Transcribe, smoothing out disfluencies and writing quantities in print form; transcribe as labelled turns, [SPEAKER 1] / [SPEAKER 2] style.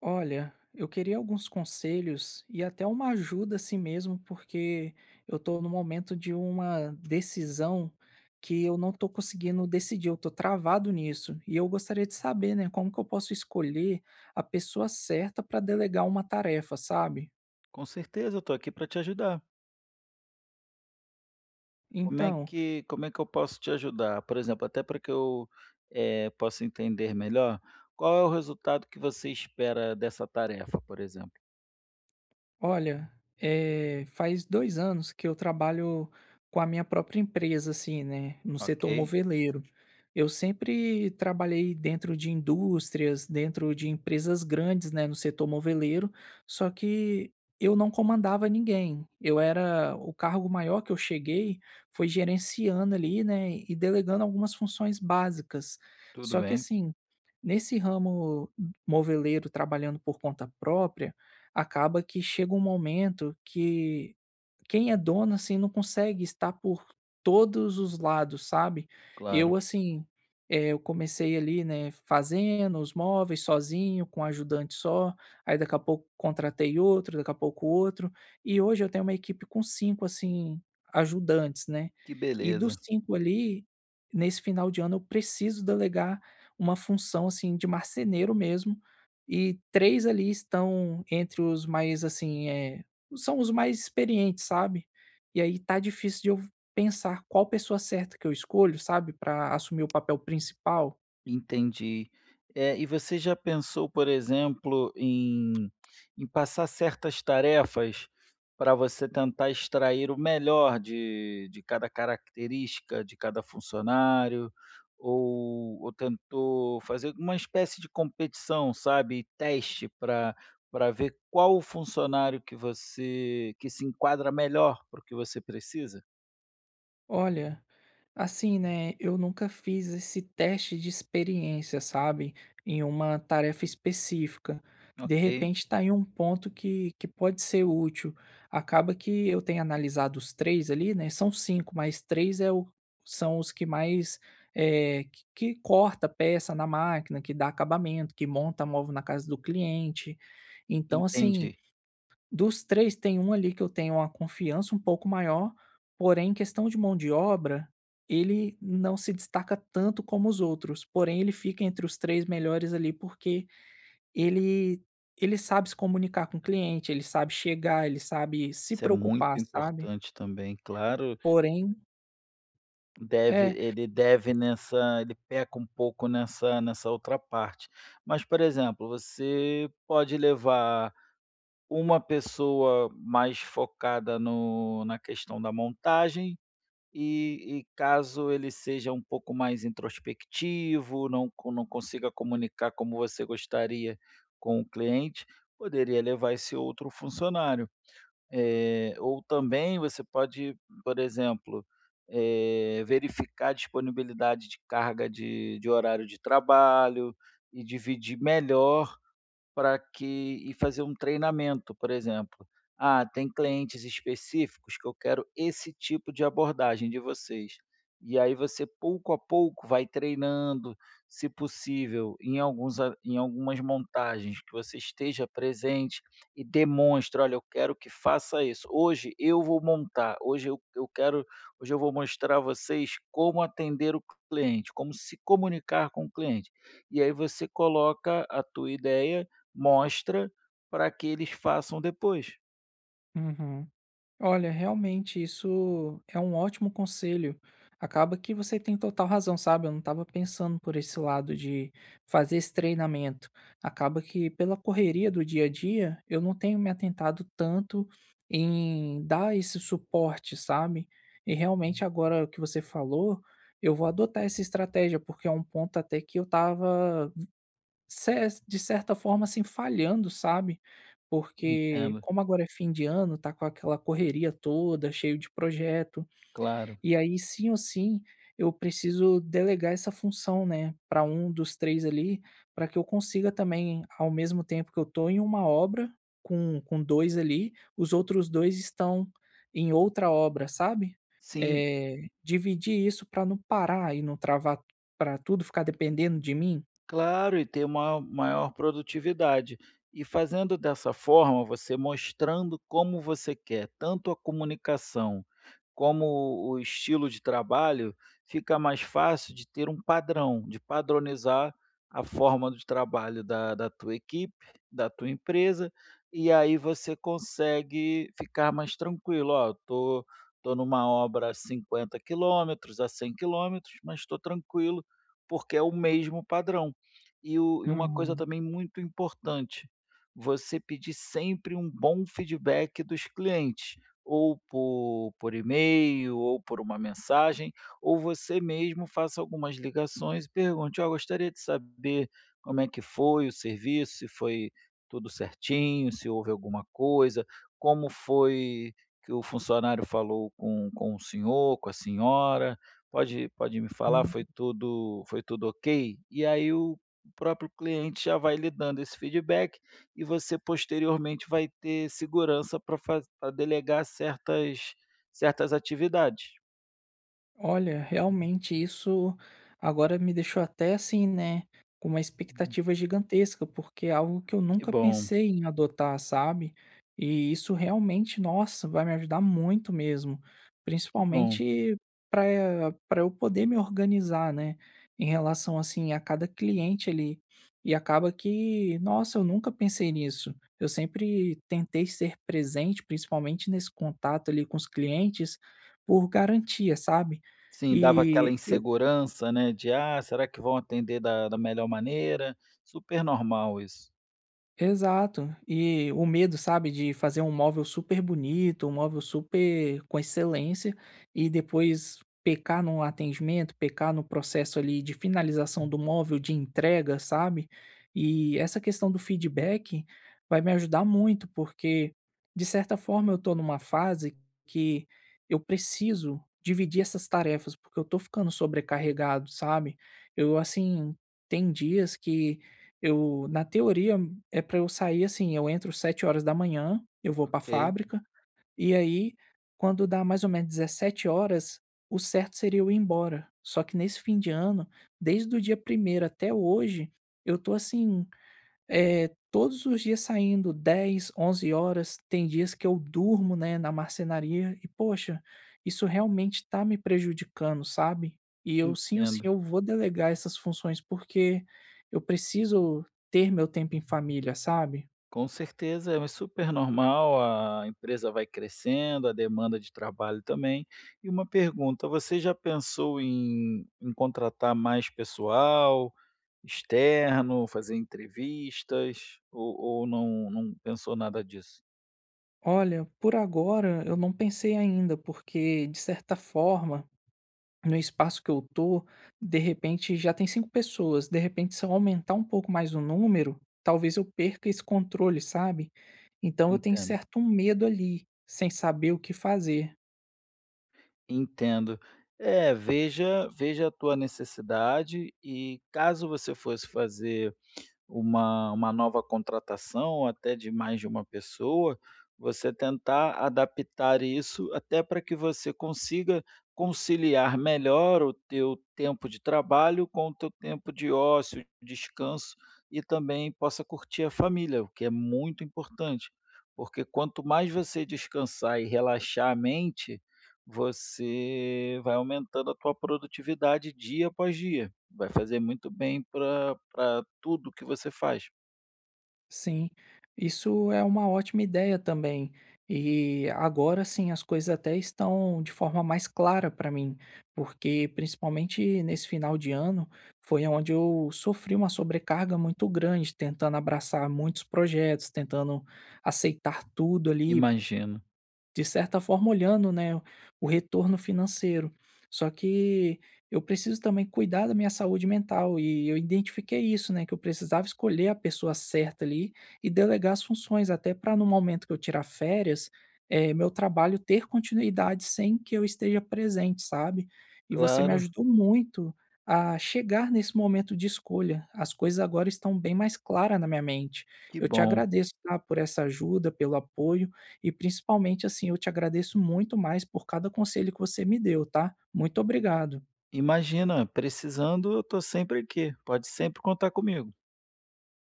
[SPEAKER 1] Olha, eu queria alguns conselhos e até uma ajuda assim mesmo, porque eu estou no momento de uma decisão que eu não estou conseguindo decidir, eu estou travado nisso. E eu gostaria de saber, né, como que eu posso escolher a pessoa certa para delegar uma tarefa, sabe?
[SPEAKER 2] Com certeza, eu estou aqui para te ajudar. Como é
[SPEAKER 1] Então,
[SPEAKER 2] que como é que eu posso te ajudar? Por exemplo, até para que eu, possa entender melhor, qual é o resultado que você espera dessa tarefa, por exemplo?
[SPEAKER 1] olha, faz 2 anos que eu trabalho com a minha própria empresa, assim, né, no setor
[SPEAKER 2] Ok,
[SPEAKER 1] moveleiro. Eu sempre trabalhei dentro de indústrias, dentro de empresas grandes, né, no setor moveleiro, só que eu não comandava ninguém. Eu era o cargo maior que eu cheguei foi gerenciando ali, né, e delegando algumas funções básicas.
[SPEAKER 2] tudo
[SPEAKER 1] Só que
[SPEAKER 2] bem,
[SPEAKER 1] assim, nesse ramo moveleiro trabalhando por conta própria acaba que chega um momento que quem é dono, assim, não consegue estar por todos os lados, sabe. Eu,
[SPEAKER 2] claro.
[SPEAKER 1] assim, eu comecei ali, né, fazendo os móveis sozinho, com ajudante só, aí daqui a pouco contratei outro, daqui a pouco outro, e hoje eu tenho uma equipe com 5 assim, ajudantes, né.
[SPEAKER 2] Que
[SPEAKER 1] E dos
[SPEAKER 2] beleza.
[SPEAKER 1] 5 ali, nesse final de ano eu preciso delegar uma função, assim, de marceneiro mesmo, e 3 ali estão entre os mais, assim, são os mais experientes, sabe. E aí tá difícil de eu pensar qual pessoa certa que eu escolho, sabe, para assumir o papel principal.
[SPEAKER 2] Entendi. E você já pensou, por exemplo, em passar certas tarefas para você tentar extrair o melhor de cada característica, de cada funcionário, ou tentou fazer uma espécie de competição, sabe, teste para ver qual o funcionário que se enquadra melhor para o que você precisa?
[SPEAKER 1] Olha, assim, né, eu nunca fiz esse teste de experiência, sabe, em uma tarefa específica. De
[SPEAKER 2] Ok,
[SPEAKER 1] repente está em um ponto que pode ser útil. Acaba que eu tenho analisado os três ali, né, são cinco, mas três é o, são os que mais, é, que corta peça na máquina, que dá acabamento, que monta móvel na casa do cliente. Então, assim,
[SPEAKER 2] entendi.
[SPEAKER 1] dos 3 tem um ali que eu tenho uma confiança um pouco maior, porém em questão de mão de obra, ele não se destaca tanto como os outros, porém ele fica entre os 3 melhores ali, porque ele ele sabe se comunicar com o cliente, ele sabe chegar, ele sabe se
[SPEAKER 2] Isso é
[SPEAKER 1] preocupar,
[SPEAKER 2] muito
[SPEAKER 1] sabe.
[SPEAKER 2] importante também, claro.
[SPEAKER 1] Porém
[SPEAKER 2] Deve
[SPEAKER 1] é.
[SPEAKER 2] ele deve nessa ele peca um pouco nessa outra parte. Mas, por exemplo, você pode levar uma pessoa mais focada no na questão da montagem e caso ele seja um pouco mais introspectivo, não consiga comunicar como você gostaria com o cliente, poderia levar esse outro funcionário. Eh, ou também você pode, por exemplo, verificar a disponibilidade de carga de horário de trabalho e dividir melhor para que e fazer um treinamento, por exemplo. Ah, tem clientes específicos que eu quero esse tipo de abordagem de vocês. E aí você pouco a pouco vai treinando, se possível, em algumas montagens que você esteja presente e demonstre, olha, eu quero que faça isso. Hoje eu vou montar, hoje eu quero, Hoje eu vou mostrar a vocês como atender o cliente, como se comunicar com o cliente. E aí você coloca a tua ideia, mostra para que eles façam depois.
[SPEAKER 1] Uhum. Olha, realmente isso é um ótimo conselho. Acaba que você tem total razão, sabe? Eu não estava pensando por esse lado de fazer esse treinamento. Acaba que pela correria do dia a dia, eu não tenho me atentado tanto em dar esse suporte, sabe? E realmente agora que você falou, eu vou adotar essa estratégia, porque é um ponto até que eu estava Cer de certa forma, assim, falhando, sabe, porque
[SPEAKER 2] Entendo,
[SPEAKER 1] como agora é fim de ano, tá com aquela correria toda, cheio de projeto,
[SPEAKER 2] claro.
[SPEAKER 1] e aí sim ou sim eu preciso delegar essa função, né, para um dos 3 ali, para que eu consiga também, ao mesmo tempo que eu tô em uma obra com 2 ali, os outros 2 estão em outra obra, sabe.
[SPEAKER 2] Sim.
[SPEAKER 1] Dividir isso para não parar e não travar para tudo ficar dependendo de mim.
[SPEAKER 2] Claro, e ter uma maior produtividade. E fazendo dessa forma, você mostrando como você quer, tanto a comunicação como o estilo de trabalho, fica mais fácil de ter um padrão, de padronizar a forma de trabalho da tua equipe, da tua empresa, e aí você consegue ficar mais tranquilo. Tô numa obra a 50 km, a 100 km, mas estou tranquilo, porque é o mesmo padrão. E uma coisa
[SPEAKER 1] Uhum,
[SPEAKER 2] também muito importante, você pedir sempre um bom feedback dos clientes, ou por e-mail, ou por uma mensagem, ou você mesmo faça algumas ligações e pergunte: "Ó, gostaria de saber como é que foi o serviço, se foi tudo certinho, se houve alguma coisa, como foi que o funcionário falou com o senhor, com a senhora, pode me falar, foi
[SPEAKER 1] hum.
[SPEAKER 2] tudo ok?". E aí o próprio cliente já vai lhe dando esse feedback e você posteriormente vai ter segurança para delegar certas atividades.
[SPEAKER 1] Olha, realmente isso agora me deixou até assim, né, com uma
[SPEAKER 2] Hum,
[SPEAKER 1] expectativa gigantesca, porque é algo que eu
[SPEAKER 2] que
[SPEAKER 1] nunca
[SPEAKER 2] bom,
[SPEAKER 1] pensei em adotar, sabe? E isso realmente, nossa, vai me ajudar muito mesmo,
[SPEAKER 2] que bom.
[SPEAKER 1] principalmente para eu poder me organizar, né, em relação assim a cada cliente ali. E acaba que, nossa, eu nunca pensei nisso. Eu sempre tentei ser presente, principalmente nesse contato ali com os clientes, por garantia, sabe?
[SPEAKER 2] Sim, dava aquela
[SPEAKER 1] E, eu.
[SPEAKER 2] insegurança, né, de: "Ah, será que vão atender da melhor maneira?". Super normal isso.
[SPEAKER 1] Exato. E o medo, sabe, de fazer um móvel super bonito, um móvel super com excelência e depois pecar no atendimento, pecar no processo ali de finalização do móvel, de entrega, sabe? E essa questão do feedback vai me ajudar muito, porque de certa forma eu tô numa fase que eu preciso dividir essas tarefas, porque eu tô ficando sobrecarregado, sabe? Eu assim, tem dias que eu, na teoria, é pra eu sair, assim, eu entro 7 horas da manhã, eu vou pra
[SPEAKER 2] Ok,
[SPEAKER 1] fábrica, e aí quando dá mais ou menos 17 horas, o certo seria eu ir embora. Só que nesse fim de ano, desde o dia primeiro até hoje, eu tô assim, todos os dias saindo 10, 11 horas. Tem dias que eu durmo, né, na marcenaria e poxa, isso realmente tá me prejudicando, sabe. E eu sim ou sim
[SPEAKER 2] entendo.
[SPEAKER 1] eu vou delegar essas funções, porque eu preciso ter meu tempo em família, sabe.
[SPEAKER 2] Com certeza, é super normal, a empresa vai crescendo, a demanda de trabalho também. E uma pergunta, você já pensou em, em contratar mais pessoal, externo, fazer entrevistas, ou não, não pensou nada disso?
[SPEAKER 1] Olha, por agora eu não pensei ainda, porque de certa forma, no espaço que eu tô, de repente já tem cinco pessoas. De repente, se eu aumentar um pouco mais o número, talvez eu perca esse controle, sabe? Então eu tenho
[SPEAKER 2] Entendo.
[SPEAKER 1] certo medo ali, sem saber o que fazer.
[SPEAKER 2] Entendo. É, veja, veja a tua necessidade e caso você fosse fazer uma nova contratação até de mais de uma pessoa, você tentar adaptar isso até para que você consiga conciliar melhor o teu tempo de trabalho com o teu tempo de ócio, descanso e também possa curtir a família, o que é muito importante, porque quanto mais você descansar e relaxar a mente, você vai aumentando a tua produtividade dia após dia, vai fazer muito bem para tudo que você faz.
[SPEAKER 1] Sim, isso é uma ótima ideia também. E agora sim, as coisas até estão de forma mais clara para mim, porque principalmente nesse final de ano foi onde eu sofri uma sobrecarga muito grande, tentando abraçar muitos projetos, tentando aceitar tudo ali,
[SPEAKER 2] Imagino.
[SPEAKER 1] de certa forma, olhando, né, o retorno financeiro. Só que eu preciso também cuidar da minha saúde mental e eu identifiquei isso, né, que eu precisava escolher a pessoa certa ali e delegar as funções, até para no momento que eu tirar férias, meu trabalho ter continuidade sem que eu esteja presente, sabe. E você me
[SPEAKER 2] Claro,
[SPEAKER 1] ajudou muito a chegar nesse momento de escolha. As coisas agora estão bem mais claras na minha mente.
[SPEAKER 2] que
[SPEAKER 1] Eu te
[SPEAKER 2] bom.
[SPEAKER 1] agradeço, tá, por essa ajuda, pelo apoio. E principalmente, assim, eu te agradeço muito mais por cada conselho que você me deu, tá? Muito obrigado.
[SPEAKER 2] Imagina, precisando eu estou sempre aqui, pode sempre contar comigo.